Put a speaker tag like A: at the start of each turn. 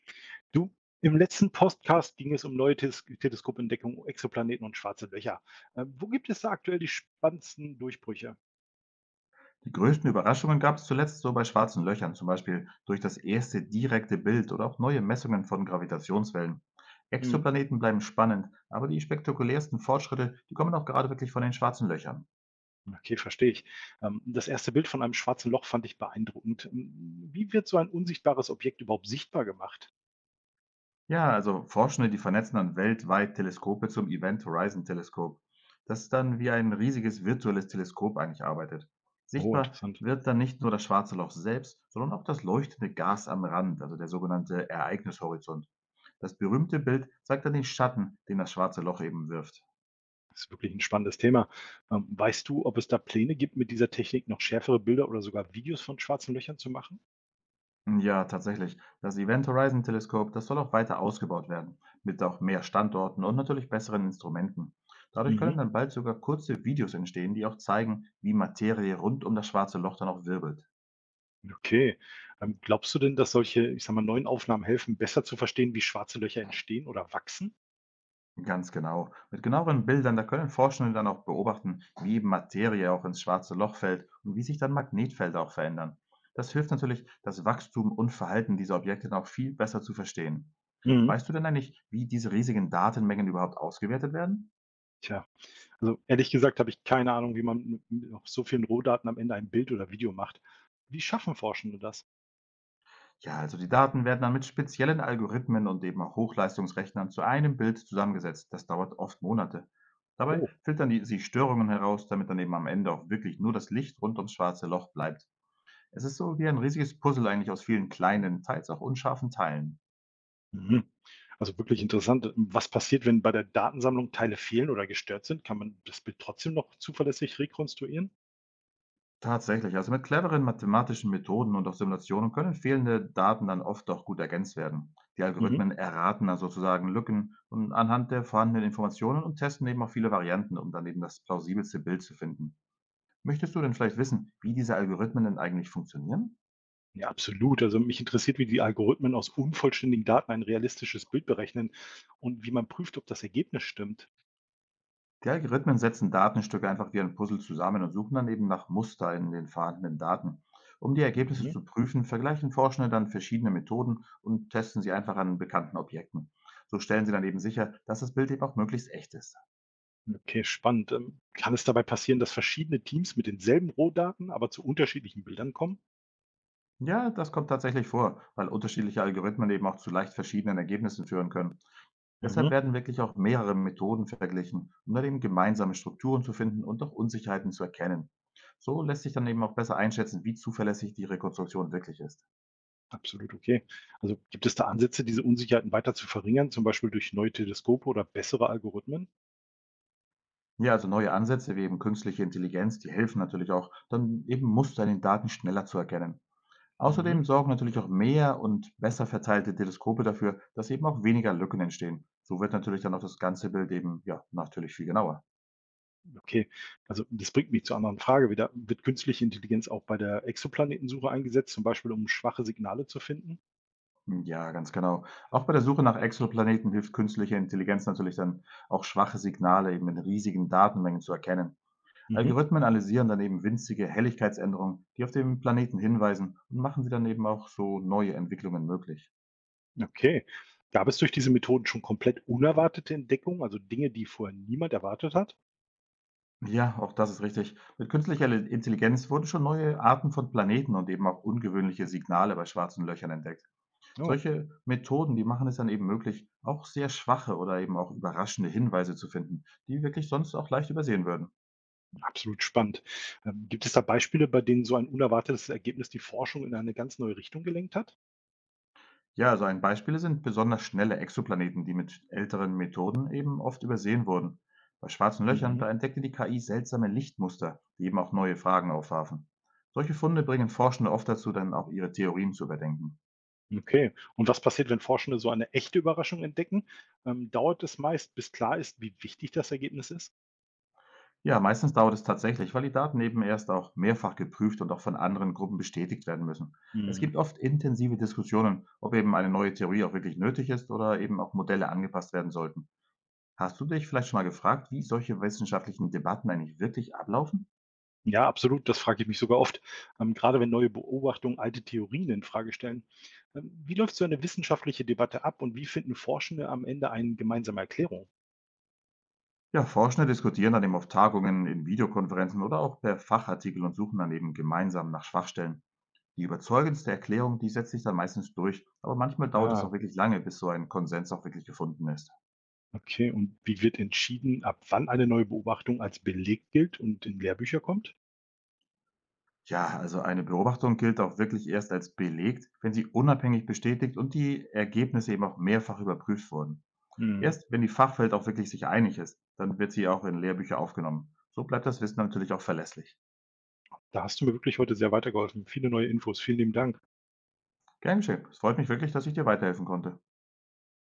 A: Du, im letzten Podcast ging es um neue Tes Teleskopentdeckung, Exoplaneten und schwarze Löcher. Wo gibt es da aktuell die spannendsten Durchbrüche?
B: Die größten Überraschungen gab es zuletzt so bei schwarzen Löchern, zum Beispiel durch das erste direkte Bild oder auch neue Messungen von Gravitationswellen.
A: Mhm.
B: Exoplaneten bleiben spannend, aber die spektakulärsten Fortschritte, die kommen auch gerade wirklich von den schwarzen Löchern.
A: Okay, verstehe ich. Das erste Bild von einem schwarzen Loch fand ich beeindruckend. Wie wird so ein unsichtbares Objekt überhaupt sichtbar gemacht?
B: Ja, also Forschende, die vernetzen dann weltweit Teleskope zum Event Horizon Teleskop, das dann wie ein riesiges virtuelles Teleskop eigentlich arbeitet.
A: Oh,
B: Sichtbar
A: interessant.
B: wird dann nicht nur das schwarze Loch selbst, sondern auch das leuchtende Gas am Rand, also der sogenannte Ereignishorizont. Das berühmte Bild zeigt dann den Schatten, den das schwarze Loch eben wirft.
A: Das ist wirklich ein spannendes Thema. Weißt du, ob es da Pläne gibt, mit dieser Technik noch schärfere Bilder oder sogar Videos von schwarzen Löchern zu machen?
B: Ja, tatsächlich. Das Event Horizon Teleskop, das soll auch weiter ausgebaut werden, mit auch mehr Standorten und natürlich besseren Instrumenten. Dadurch können
A: Mhm.
B: dann bald sogar kurze Videos entstehen, die auch zeigen, wie Materie rund um das schwarze Loch dann auch wirbelt.
A: Okay. Glaubst du denn, dass solche, ich sage mal, neuen Aufnahmen helfen, besser zu verstehen, wie schwarze Löcher entstehen oder wachsen?
B: Ganz genau. Mit genaueren Bildern, da können Forschende dann auch beobachten, wie eben Materie auch ins schwarze Loch fällt und wie sich dann Magnetfelder auch verändern. Das hilft natürlich, das Wachstum und Verhalten dieser Objekte dann auch viel besser zu verstehen.
A: Mhm.
B: Weißt du denn eigentlich, wie diese riesigen Datenmengen überhaupt ausgewertet werden?
A: Tja, also ehrlich gesagt habe ich keine Ahnung, wie man mit noch so vielen Rohdaten am Ende ein Bild oder Video macht. Wie schaffen Forschende das?
B: Ja, also die Daten werden dann mit speziellen Algorithmen und eben auch Hochleistungsrechnern zu einem Bild zusammengesetzt. Das dauert oft Monate. Dabei
A: Oh,
B: filtern die, sie Störungen heraus, damit dann eben am Ende auch wirklich nur das Licht rund ums schwarze Loch bleibt. Es ist so wie ein riesiges Puzzle eigentlich aus vielen kleinen, teils auch unscharfen Teilen.
A: mhm. Also wirklich interessant. Was passiert, wenn bei der Datensammlung Teile fehlen oder gestört sind? Kann man das Bild trotzdem noch zuverlässig rekonstruieren?
B: Tatsächlich, also mit cleveren mathematischen Methoden und auch Simulationen können fehlende Daten dann oft auch gut ergänzt werden. Die
A: Mhm.
B: Algorithmen erraten dann sozusagen Lücken und anhand der vorhandenen Informationen und testen eben auch viele Varianten, um dann eben das plausibelste Bild zu finden. Möchtest du denn vielleicht wissen, wie diese Algorithmen denn eigentlich funktionieren?
A: Ja, absolut. Also mich interessiert, wie die Algorithmen aus unvollständigen Daten ein realistisches Bild berechnen und wie man prüft, ob das Ergebnis stimmt.
B: Die Algorithmen setzen Datenstücke einfach wie ein Puzzle zusammen und suchen dann eben nach Muster in den vorhandenen Daten. Um die Ergebnisse
A: Mhm.
B: zu prüfen, vergleichen Forschende dann verschiedene Methoden und testen sie einfach an bekannten Objekten. So stellen sie dann eben sicher, dass das Bild eben auch möglichst echt ist.
A: Okay, spannend. Kann es dabei passieren, dass verschiedene Teams mit denselben Rohdaten, aber zu unterschiedlichen Bildern kommen?
B: Ja, das kommt tatsächlich vor, weil unterschiedliche Algorithmen eben auch zu leicht verschiedenen Ergebnissen führen können. Deshalb
A: Mhm.
B: werden wirklich auch mehrere Methoden verglichen, um dann eben gemeinsame Strukturen zu finden und auch Unsicherheiten zu erkennen. So lässt sich dann eben auch besser einschätzen, wie zuverlässig die Rekonstruktion wirklich ist.
A: Absolut okay. Also gibt es da Ansätze, diese Unsicherheiten weiter zu verringern, zum Beispiel durch neue Teleskope oder bessere Algorithmen?
B: Ja, also neue Ansätze wie eben künstliche Intelligenz, die helfen natürlich auch, dann eben Muster in den Daten schneller zu erkennen.
A: Mhm.
B: Außerdem sorgen natürlich auch mehr und besser verteilte Teleskope dafür, dass eben auch weniger Lücken entstehen. So wird natürlich dann auch das ganze Bild eben, ja, natürlich viel genauer.
A: Okay, also das bringt mich zur anderen Frage wieder. Wird künstliche Intelligenz auch bei der Exoplanetensuche eingesetzt, zum Beispiel um schwache Signale zu finden?
B: Ja, ganz genau. Auch bei der Suche nach Exoplaneten hilft künstliche Intelligenz natürlich dann auch schwache Signale eben in riesigen Datenmengen zu erkennen.
A: Mhm.
B: Algorithmen analysieren dann eben winzige Helligkeitsänderungen, die auf dem Planeten hinweisen und machen sie dann eben auch so neue Entwicklungen möglich.
A: Okay. Gab es durch diese Methoden schon komplett unerwartete Entdeckungen, also Dinge, die vorher niemand erwartet hat?
B: Ja, auch das ist richtig. Mit künstlicher Intelligenz wurden schon neue Arten von Planeten und eben auch ungewöhnliche Signale bei schwarzen Löchern entdeckt.
A: Oh,
B: Solche Methoden, die machen es dann eben möglich, auch sehr schwache oder eben auch überraschende Hinweise zu finden, die wirklich sonst auch leicht übersehen würden.
A: absolut spannend. Gibt es da Beispiele, bei denen so ein unerwartetes Ergebnis die Forschung in eine ganz neue Richtung gelenkt hat?
B: Ja, also ein Beispiele sind besonders schnelle Exoplaneten, die mit älteren Methoden eben oft übersehen wurden. Bei schwarzen Löchern,
A: Mhm.
B: da entdeckte die KI seltsame Lichtmuster, die eben auch neue Fragen aufwarfen. Solche Funde bringen Forschende oft dazu, dann auch ihre Theorien zu überdenken.
A: Okay. Und was passiert, wenn Forschende so eine echte Überraschung entdecken? Dauert es meist, bis klar ist, wie wichtig das Ergebnis ist?
B: Ja, meistens dauert es tatsächlich, weil die Daten eben erst auch mehrfach geprüft und auch von anderen Gruppen bestätigt werden müssen. Es
A: Mhm.
B: gibt oft intensive Diskussionen, ob eben eine neue Theorie auch wirklich nötig ist oder eben auch Modelle angepasst werden sollten. Hast du dich vielleicht schon mal gefragt, wie solche wissenschaftlichen Debatten eigentlich wirklich ablaufen?
A: Ja, absolut. Das frage ich mich sogar oft. Gerade wenn neue Beobachtungen alte Theorien in Frage stellen. Wie läuft so eine wissenschaftliche Debatte ab und wie finden Forschende am Ende eine gemeinsame Erklärung?
B: Ja, Forschende diskutieren dann eben auf Tagungen, in Videokonferenzen oder auch per Fachartikel und suchen dann eben gemeinsam nach Schwachstellen. Die überzeugendste Erklärung, die setzt sich dann meistens durch, aber manchmal dauert es auch
A: Ja,
B: wirklich lange, bis so ein Konsens auch wirklich gefunden ist.
A: okay. Und wie wird entschieden, ab wann eine neue Beobachtung als Beleg gilt und in Lehrbücher kommt?
B: Ja, also eine Beobachtung gilt auch wirklich erst als belegt, wenn sie unabhängig bestätigt und die Ergebnisse eben auch mehrfach überprüft wurden.
A: Hm.
B: Erst wenn die Fachwelt auch wirklich sich einig ist, dann wird sie auch in Lehrbücher aufgenommen. So bleibt das Wissen natürlich auch verlässlich.
A: Da hast du mir wirklich heute sehr weitergeholfen. Viele neue Infos. Vielen lieben Dank.
B: Gern geschehen. Es freut mich wirklich, dass ich dir weiterhelfen konnte.